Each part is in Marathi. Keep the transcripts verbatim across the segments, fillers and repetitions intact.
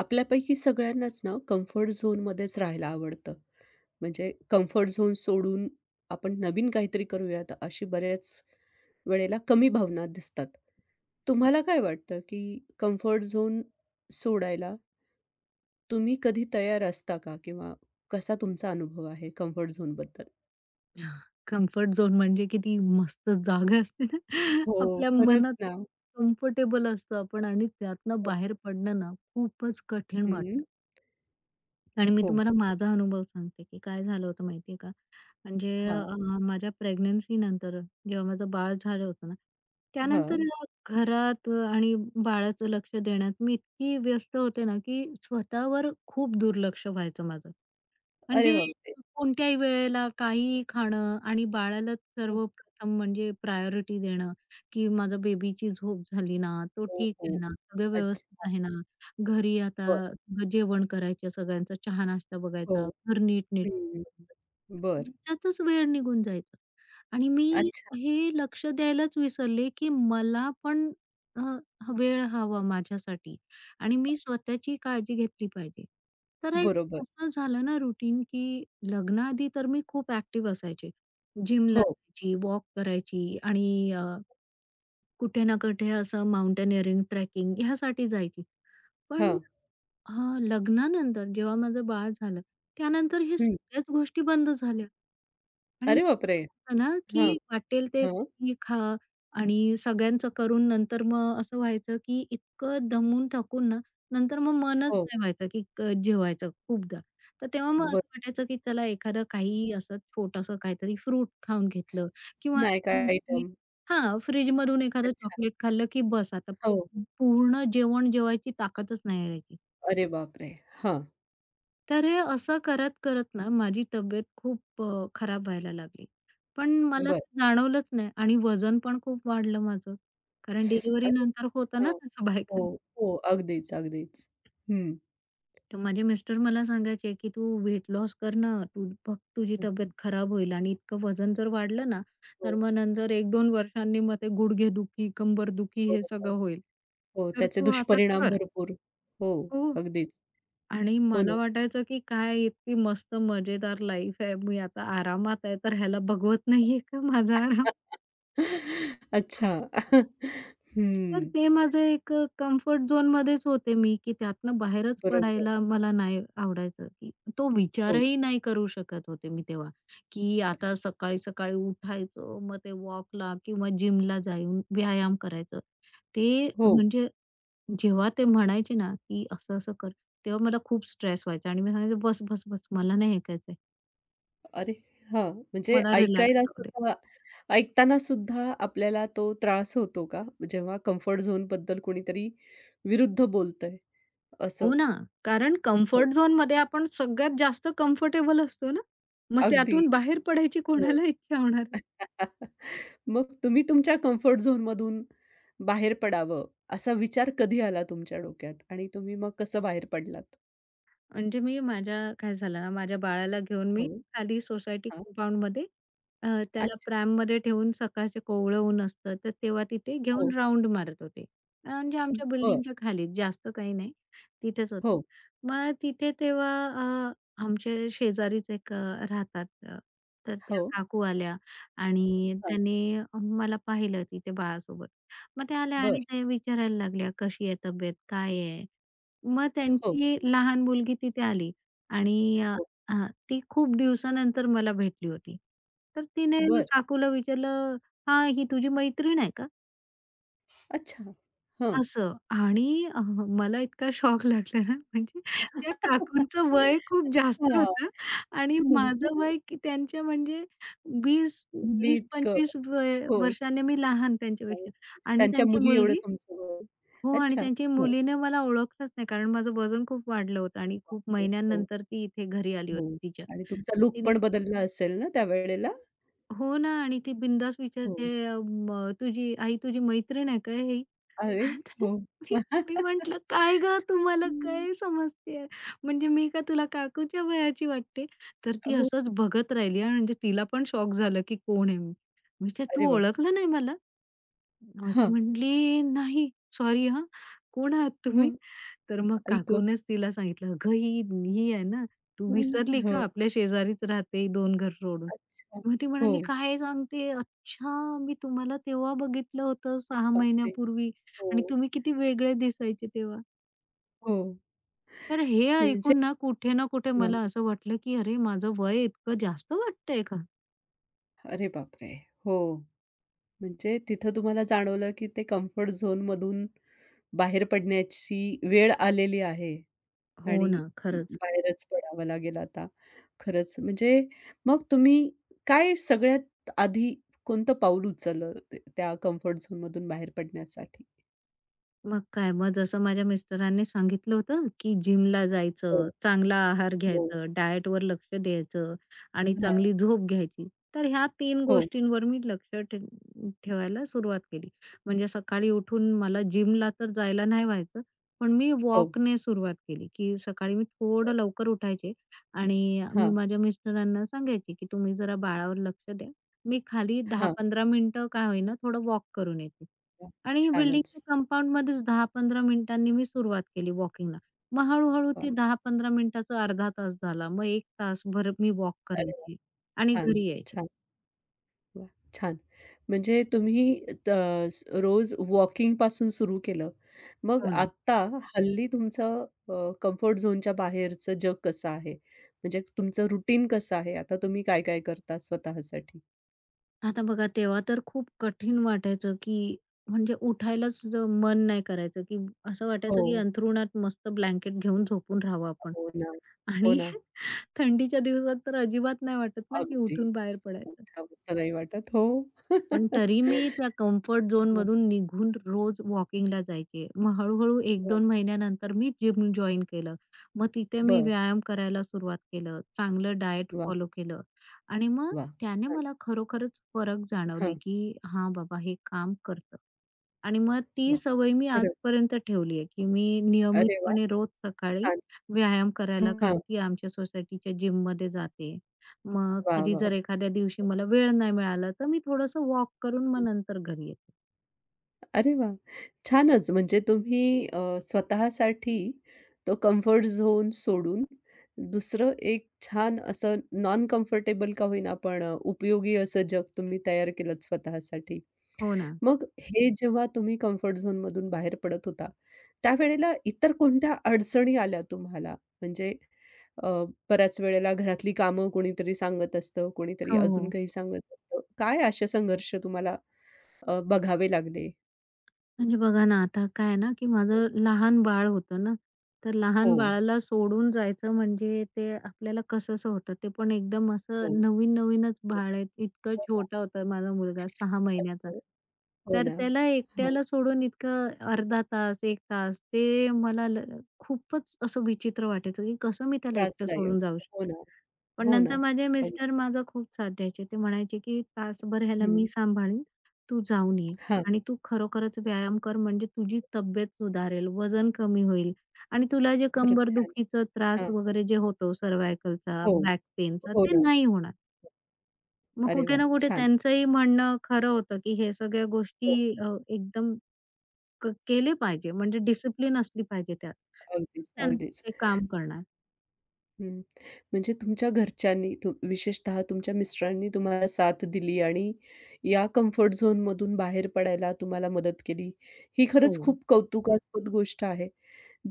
आपल्यापैकी सगळ्यांनाच ना कम्फर्ट झोनमध्येच राहायला आवडतं. म्हणजे कम्फर्ट झोन सोडून आपण नवीन काहीतरी करूयात अशी बऱ्याच वेळेला कमी भावना दिसतात. तुम्हाला काय वाटतं की कम्फर्ट झोन सोडायला तुम्ही कधी तयार असता का? किंवा कसा तुमचा अनुभव आहे कम्फर्ट झोनबद्दल? कम्फर्ट झोन म्हणजे किती मस्त जागा असते ना. हो, आपल्या खरंच मनात ना. एक कम्फर्टेबल असतं आपण आणि त्यातनं बाहेर पडणं ना खूपच कठीण हं, वाटतं. आणि मी हो. तुम्हाला माझा अनुभव सांगते, की काय झालं होतं माहिती का? म्हणजे हां, अ, माझ्या प्रेग्नन्सी नंतर जेव्हा माझं बाळ झालं होतं ना, त्यानंतर हां. हं. घरात आणि बाळाचं लक्ष देण्यात मी इतकी व्यस्त होते ना, की स्वतःवर खूप दुर्लक्ष व्हायचं माझं. अरे म्हणजे बापरे! कोणत्याही वेळेला काहीही खाणं आणि बाळाला हो, सर्वप्रथम म्हणजे प्रायोरिटी देणं, की माझ्या बेबीची झोप झाली ना, तो हो, ठीक आहे हो. ना, सगळं व्यवस्थित अच्छा. आहे ना, घरी आता बरं. जेवण करायचं सगळ्यांचा, चहा नाश्ता हो. बघायचा, घर नीट नीट हं. बरं. ह्याच्यातच वेळ निघून जायचा आणि मी हे लक्ष द्यायलाच विसरले, की मला पण अ, वेळ हवा माझ्यासाठी आणि मी स्वतःची काळजी घेतली पाहिजे. तर एक बरोबर. असं झालं ना रुटीन, की लग्नाआधी तर मी खूप ॲक्टिव्ह असायचे. जिमला हो. जायची, वॉक करायची आणि अ, कुठे ना कुठे असं माउंटेनिअरिंग, ट्रेकिंग ह्यासाठी जायची. पण हां. अ, लग्नानंतर जेव्हा माझं बाळ झालं, त्यानंतर हे हं. सगळ्याच गोष्टी बंद झाल्या. आणि मग अरे काय बापरे! व्हायचं ना, हां, की वाटेल ते हां. काही खा आणि सगळ्यांचं करून नंतर मग असं व्हायचं, की इतकं दमून थकून ना, नंतर मग मनच हो. नाही व्हायचं, की क जेवायचं खूपदा. तर तेव्हा मग बरं. असं वाटायचं, की चला एखादं काही असं छोटंसं काहीतरी फ्रूट खाऊन स घेतलं किंवा स्नॅक आयटम. हां, फ्रिजमधून एखादं अच्छा. चॉकलेट खाल्लं, की बस आता हो. पूर्ण जेवण जेवायची ताकदच नाही राहायची. अरे बापरे! हां. तर हे असं करत-करत ना माझी तब्येत खूप अ, खराब व्हायला लागली. पण मला बरं. ते जाणवलंच नाही आणि वजन पण खूप वाढलं माझं. कारण डिलिव्हरी अरे नंतर होतं हां. ना तसं हो, बायकांना. हो. अगदीच, अगदीच. हं. तर माझे मिस्टर मला सांगायचे, की "तू वेट लॉस कर ना, तू बघ तुझी हं, तब्येत हं. खराब होईल आणि इतकं वजन जर वाढलं ना, हो, तर मग नंतर एक दोन वर्षांनी मग ते गुडघेदुखी, कंबरदुखी हे बरोबर. सगळं होईल. हो, तर त्याचे तू आता दुष्परिणाम कर." भरपूर. हो, हो. अगदीच. आणि हो ना. मला वाटायचं, की काय इतकी मस्त मजेदार लाईफ आहे. मी आता आरामात आहे, तर ह्याला बघवत नाहीये का माझा आराम? अच्छा. तर हं. ते माझं एक अ, कम्फर्ट झोनमध्येच होते मी, की त्यातनं बाहेरच बरोबर. पडायला मला नाही आवडायचं, की तो हो. विचारही नाही करू शकत होते मी तेव्हा, की आता अरे सकाळी-सकाळी उठायचं, मग ते वॉकला किंवा जिमला जाऊन व्यायाम करायचं. ते हो. म्हणजे जेव्हा ते म्हणायचे ना, की असं-असं कर, तेव्हा मला खूप स्ट्रेस व्हायचा आणि मी सांगायचे, "बस, बस, बस मला नाही ऐकायचंय." अरे हां, म्हणजे मला रिलॅक्स ऐकायला राहू दे. सुद्धा ऐकताना सुद्धा आपल्याला तो त्रास होतो का? जेव्हा कम्फर्ट झोनबद्दल कोणीतरी विरुद्ध बोलतंय हो असं? ना, कारण हो, कम्फर्ट झोनमध्ये आपण सगळ्यात जास्त कम्फर्टेबल असतो ना, मग अगदी. त्यातून बाहेर पडायची हो. कोणाला इच्छा होणार? मग तुम्ही तुमच्या कम्फर्ट झोनमधून बाहेर पडावं असा विचार कधी आला तुमच्या डोक्यात आणि तुम्ही मग कसं बाहेर पडलात? म्हणजे मी माझ्या काय झालं ना, माझ्या बाळाला घेऊन मी हो, खाली सोसायटी हां. कंपाउंडमध्ये अ, त्याला अच्छा. प्रॅममध्ये ठेवून सकाळचे कोवळं ऊन असतं, तर तेव्हा तिथे घेऊन हो. राउंड मारत होते. अ, म्हणजे आमच्या बरं. बिल्डिंगच्या खाली जास्त काही नाही, तिथेच होते. हो, मग तिथे तेव्हा अ, आमचे शेजारीच एक अ, राहतात अ, तर हो. त्या काकू आल्या आणि हां. त्याने मला पाहिलं तिथे बाळासोबत. मग त्या आल्या बरं. आणि ते विचारायला लागल्या, "कशी आहे तब्येत? काय आहे?" मग हो, त्यांची लहान मुलगी तिथे आली आणि अ, हो. हां, ती खूप दिवसानंतर मला भेटली होती. तर तिने बरं. काकूला विचारलं, "हां, ही तुझी मैत्रीण आहे का?" अच्छा. हं. असं आणि अ, मला इतका शॉक लागला ना, म्हणजे हां. त्या काकूंचं वय खूप जास्त होतं आणि म्हणजे माझं वय की त्यांच्या म्हणजे 20 मुलीइतकं वीस पंचवीस वय हो. वर्षाने मी लहान हो. त्यांच्यापेक्षा म्हणजे आणि त्यांच्या त्यांची मुली एवढं मुलगी तुमचं वय. हो आणि अच्छा. त्यांची हो, मुलीने मला ओळखलंच नाही कारण माझं वजन खूप वाढलं होतं आणि खूप हो, हो, महिन्यांनंतर ती इथे घरी आली हो. होती तिच्या. आणि तुमचा तर लूक तिने पण बदलला असेल ना त्यावेळेला? हो ना आणि ती बिनधास्त हो. विचारते अ, म "तुझी आई तुझी मैत्रीण आहे का ही?" अरे! हो. तर मी मी म्हटलं, "काय गं तुम्हाला हं. काय समजतेय? म्हणजे मी काय तुला काकूच्या वयाची वाटते?" तर ती हो. असंच बघत राहिली हां, म्हणजे तिला पण शॉक झालं की कोण आहे मी? मी अरे "तू बापरे! ओळखलं नाही मला?" मग ती हां. म्हटली, "नाही, सॉरी हां. कोण आहात तुम्ही?" मग तर मग ऐकलं. काकूनेच तिला सांगितलं, "अगं ही ही आहे ना, तू हं. विसरली का? हो. आपल्या शेजारीच राहते दोन घर सोडून." अच्छा. मग ती हो. म्हणाली, "काय सांगते? अच्छा, मी तुम्हाला तेव्हा बघितलं होतं सहा बापरे! महिन्यापूर्वी आणि हो, तुम्ही किती वेगळे दिसायचे तेव्हा." हो. तर हे म्हणजे ऐकून ना कुठे ना कुठे हं. मला असं वाटलं, की अरे माझं वय इतकं जास्त वाटतंय का? अरे बापरे! हो. म्हणजे तिथं तुम्हाला जाणवलं, की ते कम्फर्ट झोनमधून बाहेर पडण्याची वेळ आलेली आहे हो आणि ना, खरंच. बाहेरच पडावं लागेल आता. खरंच म्हणजे मग तुम्ही काय सगळ्यात आधी कोणतं पाऊल उचललं ते त्या कम्फर्ट झोनमधून बाहेर पडण्यासाठी? मग काय, मग जसं माझ्या मिस्टरांनी सांगितलं होतं, की जिमला हो, जायचं, चांगला आहार हो. घ्यायचं, डायटवर लक्ष द्यायचं आणि हां. चांगली झोप घ्यायची. तर ह्या तीन हो, गोष्टींवर मी लक्ष ठे ठेवायला सुरुवात केली. म्हणजे सकाळी उठून मला जिमला तर जायला नाही व्हायचं, पण मी हो. वॉकने सुरुवात केली, की सकाळी मी थोडं लवकर उठायचे आणि मी हां, माझ्या मिस्टरांना सांगायचे, की तुम्ही जरा बाळावर लक्ष द्या. मी खाली हां. दहा पंधरा मिनिटं का होईना थोडं वॉक करून येते. वाह! आणि छानच. बिल्डिंगच्या कंपाउंडमध्येच दहा पंधरा मिनिटांनी मी सुरुवात केली वॉकिंगला. मग हळू-हळू वाह! ते दहा पंधरा मिनिटाचं अर्धा तास झाला. मग एक तास भर मी वॉक अरे वाह! करायची आणि हं. छान, घरी यायची. छान. वाह! छान. म्हणजे तुम्ही त स रोज वॉकिंगपासून सुरू केलं. मग हो ना. आत्ता हल्ली तुमचं अ, कम्फर्ट झोनच्या बाहेरचं जग कसं आहे? म्हणजे तुमचं रुटीन कसं आहे? आता तुम्ही काय-काय करता स्वतःसाठी? आता बघा तेव्हा तर खूप कठीण वाटायचं, की म्हणजे उठायलाच ज- मन नाही करायचं, की असं हो. वाटायचं, की अंथरुणात मस्त ब्लँकेट घेऊन झोपून राहावं आपण हो ना. हो आणि ना. थंडीच्या दिवसात तर अजिबात नाही वाटत ना, की उठून बाहेर अगदीच. पडायचं. उठावसं नाही वाटत. हो. पण तरी मी त्या कम्फर्ट हं, झोनमधून निघून रोज वॉकिंगला जायचे. मग हळू एक हं. दोन 2 महिन्यानंतर मी जिम जॉइन केलं. मग तिथे मी बरं. व्यायाम करायला सुरुवात केलं. चांगलं डाएट वाह! फॉलो केलं आणि मग वाह! त्याने छान. मला खरोखरच फरक जाणवले, हां. की हां, बाबा हे काम करतं. आणि मग ती वाह! सवय मी खरंच. आजपर्यंत ठेवली आहे, की मी अरे वाह! नियमितपणे रोज सकाळी छान. व्यायाम करायला हां. खालती आमच्या सोसायटीच्या जिममध्ये जाते. मग वाह! कधी जर वाह! एखाद्या दिवशी मला वेळ नाही मिळाला, तर मी थोडंसं वॉक करून मग नंतर घरी येते. अरे वाह! छानच म्हणजे तुम्ही अ, स्वतःसाठी तो कम्फर्ट झोन सोडून दुसरं एक छान असं नॉन कम्फर्टेबल का होईना पण अ, उपयोगी असं जग तुम्ही तयार केलंत स्वतःसाठी. हो ना. मग हे जेव्हा तुम्ही कम्फर्ट झोनमधून बाहेर पडत होता, त्यावेळेला इतर कोणत्या अडचणी आल्या तुम्हाला? म्हणजे अ, बऱ्याच वेळेला घरातली कामं कोणीतरी सांगत असतं, कोणीतरी हो, अजून हो. काही सांगत असतं. काय असे संघर्ष तुम्हाला अ, बघावे लागले? म्हणजे बघा ना, आता काय आहे ना, की माझं लहान बाळ होतं ना, तर हो. लहान बाळाला सोडून जायचं म्हणजे ते आपल्याला कसंसं होतं. ते पण एकदम हो, असं नवीन-नवीनच हो, बाळ आहे. इतकं हो ना. छोटा होता माझा मुलगा सहा आई महिन्याचा. गं! हो तर ना. त्याला हो, एकट्याला सोडून इतकं अर्धा तास, एक तास ते मला ल खूपच असं विचित्र वाटायचं, की कसं मी त्याला एकटं त्रासदायक. सोडून जाऊ हो शकते. ना, पण हो ना. नंतर माझे हो, मिस्टर माझा खूप साथ द्यायचे. ते म्हणायचे, की "तासभर ह्याला मी हं. सांभाळीन, तू जाऊन ये हां, आणि तू खरोखरच व्यायाम कर म्हणजे तुझी तब्येत सुधारेल, वजन कमी होईल आणि तुला जे खरंच छान. कंबरदुखीचा त्रास हां, वगैरे जे होतो सर्व्हायकलचा, हो, बॅक पेनचा हो ते ना. नाही होणार." मग अरे कुठे वाह! ना कुठे छान. त्यांचंही म्हणणं खरं होतं, की हे सगळ्या गोष्टी हो, अ, एकदम क केले पाहिजे म्हणजे डिसिप्लिन असली पाहिजे त्यात. अगदीच, त्यांचं अगदीच. ते काम करणार. हं. म्हणजे तुमच्या घरच्यांनी, तु विशेषतः तुमच्या मिस्टरांनी तुम्हाला साथ दिली आणि या कम्फर्ट झोनमधून बाहेर पडायला तुम्हाला मदत केली. ही खरंच हो. खूप कौतुकास्पद गोष्ट आहे.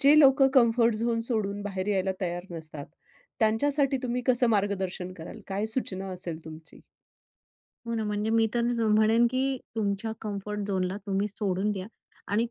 जे लोकं कम्फर्ट झोन सोडून बाहेर यायला तयार नसतात, त्यांच्यासाठी तुम्ही कसं मार्गदर्शन कराल? काय सूचना असेल तुमची? हो ना, म्हणजे मी तर ज म्हणेन, की तुमच्या कम्फर्ट झोनला तुम्ही सोडून द्या आणि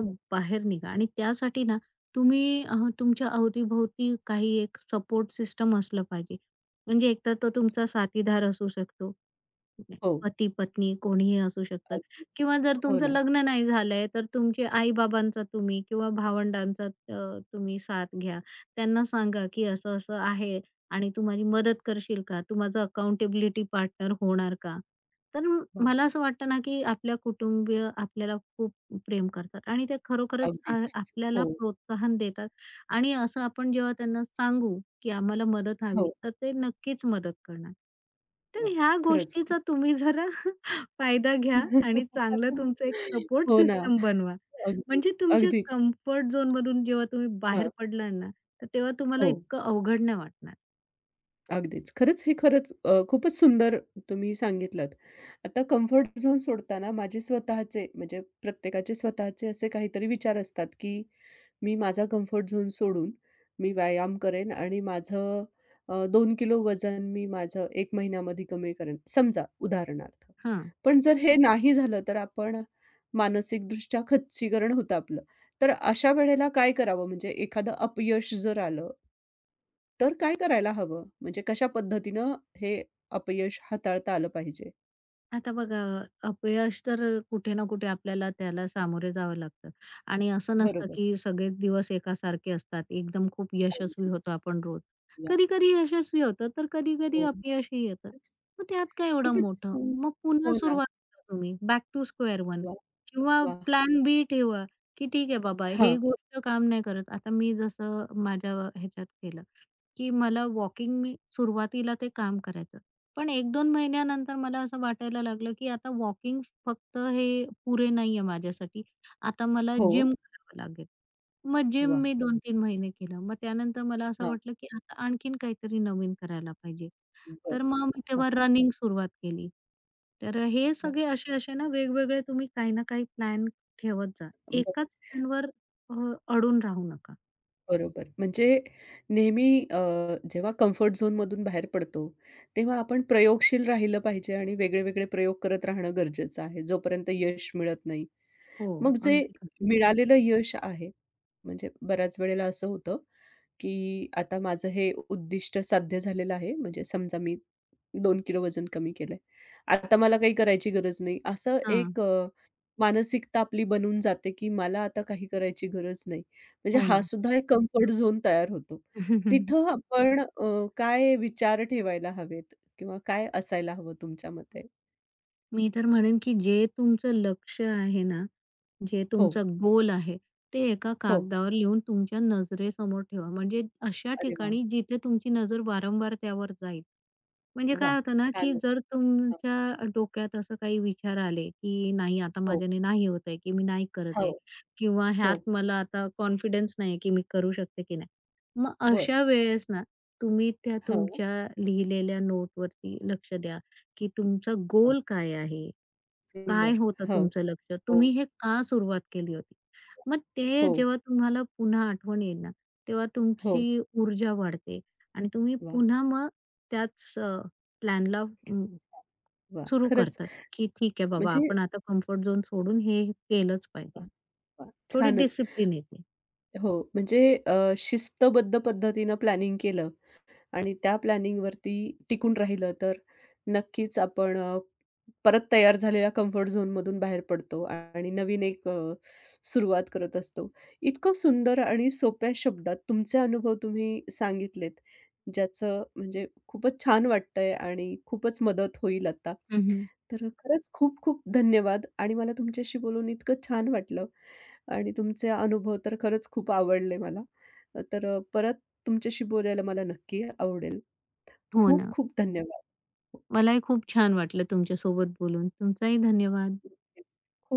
हो. बाहेर निघा आणि त्यासाठी ना तुम्ही अ, तुमच्या अवतीभोवती काही एक सपोर्ट सिस्टम असलं पाहिजे. म्हणजे एकतर तो तुमचा साथीदार असू शकतो, हो, पती-पत्नी कोणीही असू शकतं अगदीच. किंवा जर हो तुमचं ना. लग्न नाही झालंय, तर तुमचे आई-बाबांचा तुम्ही किंवा भावंडांचा अ, तुम्ही साथ घ्या. त्यांना सांगा, की असं-असं आहे आणि तू माझी मदत करशील का? तू माझा अकाउंटेबिलिटी पार्टनर होणार का? तर म- वाह! मला असं वाटतं ना, की आपल्या कुटुंबीय आपल्याला खूप प्रेम करतात आणि ते खरोखरच अ, अगदीच. आपल्याला हो, प्रोत्साहन देतात आणि असं आपण जेव्हा त्यांना सांगू, की आम्हाला मदत हवी, हो. तर ते नक्कीच मदत करणार. तर वाह! ह्या खरंच खूप. गोष्टीचा तुम्ही जरा फायदा घ्या आणि चांगलं तुमचं एक सपोर्ट हो ना. सिस्टम बनवा. अगदीच, म्हणजे तुमच्या अगदीच. कम्फर्ट झोनमधून जेव्हा तुम्ही बाहेर हां. पडलात ना, तर तेव्हा तुम्हाला हो. इतकं अवघड नाही वाटणार. अगदीच. खरंच हे खरंच अ, खूपच सुंदर तुम्ही सांगितलंत. आता कम्फर्ट झोन सोडताना माझे स्वतःचे म्हणजे प्रत्येकाचे स्वतःचे असे काहीतरी विचार असतात, की मी माझा कम्फर्ट झोन सोडून मी व्यायाम करेन आणि माझं अ, दोन किलो वजन मी माझं एका महिन्यामध्ये कमी करेन. समजा उदाहरणार्थ. हां. पण जर हे नाही झालं, तर आपण मानसिकदृष्ट्या खच्चीकरण होतं आपलं. तर अशा वेळेला काय करावं? म्हणजे एखादं अपयश जर आलं तर काय करायला हवं? म्हणजे कशा पद्धतीनं हे अपयश हाताळता आलं पाहिजे? आता बघा, अपयश तर कुठे ना कुठे आपल्याला त्याला सामोरे जावं लागतं आणि असं नसतं बरोबर. की सगळेच दिवस एकासारखे असतात. एकदम खूप यशस्वी अगदीच. होतो आपण रोज. वाह! कधी-कधी यशस्वी होतं, तर कधी-कधी हो. अपयशही येतं. खूपच मग त्यात काय एवढं खूपच मोठं? छान. मग पुन्हा हो ना. सुरुवात करा तुम्ही, बॅक टू स्क्वेअर वन वाह! किंवा वाह! प्लॅन बी ठेवा, की ठीक आहे बाबा, हे हां. गोष्ट काम नाही करत. आता मी जसं माझ्या ह्याच्यात केलं, की मला वॉकिंग मी सुरुवातीला ते काम करायचं. पण एक दोन महिन्यानंतर मला असं वाटायला लागलं, की आता वॉकिंग फक्त हे पुरे नाहीये माझ्यासाठी. आता मला हो. जिम करावं लागेल. मग जिम वाह! मी दोन तीन महिने केलं. मग त्यानंतर मला असं हां. वाटलं, की आता आणखीन काहीतरी नवीन करायला पाहिजे. बरं. तर मग मी हां. तेव्हा रनिंग सुरुवात केली. तर हे वाह! सगळे असे-असे ना वेगवेगळे तुम्ही काही ना काही प्लॅन ठेवत जा. बरं. एकाच प्लॅनवर अडून राहू नका. बरोबर. म्हणजे नेहमी अ, जेव्हा कम्फर्ट झोनमधून बाहेर पडतो, तेव्हा आपण प्रयोगशील राहिलं पाहिजे आणि वेगळे-वेगळे प्रयोग करत राहणं गरजेचं आहे, जोपर्यंत यश मिळत नाही. हो, मग जे अगदी खरं. मिळालेलं यश आहे, म्हणजे बऱ्याच वेळेला असं होतं की आता माझं हे उद्दिष्ट साध्य झालेलं आहे. म्हणजे समजा मी दोन किलो वजन कमी केलंय. आता मला काही करायची गरज नाही. असं हां, एक अ, मानसिकता आपली बनून जाते, की मला आता काही करायची गरज नाही. म्हणजे हो हा ना. सुद्धा एक कम्फर्ट झोन तयार होतो. तिथं आपण अ, काय विचार ठेवायला हवेत किंवा काय असायला हवं तुमच्या मते? मी तर म्हणेन, की जे तुमचं लक्ष आहे ना, जे हो, तुमचा गोल आहे, ते एका हो. कागदावर लिहून तुमच्या नजरेसमोर ठेवा. म्हणजे अशा अरे वाह! ठिकाणी जिथे तुमची नजर वारंवार त्यावर जाईल. म्हणजे काय वाह! होतं ना, की छानच. जर हां. तुमच्या डोक्यात असं काही विचार आले, की नाही आता हो, माझ्याने नाही होत आहे, की मी नाही करत हो, आहे किंवा हो. ह्यात मला आता कॉन्फिडन्स नाही आहे, की मी करू शकते की नाही. मग बरं. अशा वेळेस ना, तुम्ही त्या हां. तुमच्या लिहिलेल्या नोटवरती लक्ष द्या, की तुमचा वाह! गोल काय आहे? काय सुंदर. होतं हो, तुमचं लक्ष्य? हो, तुम्ही हे का सुरुवात केली होती? मग ते हो. जेव्हा तुम्हाला पुन्हा आठवण येईल ना, तेव्हा हो, तुमची ऊर्जा वाढते आणि तुम्ही वा, पुन्हा मग त्याच प्लॅनला किती छान. वाह! सुरू खरंच करतात, की ठीक आहे बाबा म्हणजे आपण आता कम्फर्ट झोन सोडून हे केलंच पाहिजे. वाह, वाह! थोडी छानच. डिसिप्लिन येते. हो, म्हणजे अ, शिस्तबद्ध पद्धतीनं प्लॅनिंग केलं आणि त्या प्लॅनिंगवरती टिकून राहिलं तर नक्कीच आपण अ, परत तयार झालेल्या कम्फर्ट झोनमधून बाहेर पडतो आणि नवीन एक अ, सुरुवात करत असतो. इतकं सुंदर आणि सोप्या शब्दात तुमचे अनुभव तुम्ही सांगितलेत, ज्याचं म्हणजे खूपच छान वाटतंय आणि खूपच मदत होईल आता. हं, हं. तर खरंच खूप खूप धन्यवाद आणि मला तुमच्याशी बोलून इतकं छान वाटलं. आणि तुमचे अनुभव तर खरंच खूप आवडले मला. अ, तर अ, परत तुमच्याशी बोलायला मला नक्की आवडेल. हो खूप ना. खूप धन्यवाद. हो, मलाही खूप छान वाटलं तुमच्यासोबत बोलून. तुमचाही धन्यवाद. नक्कीच. खूप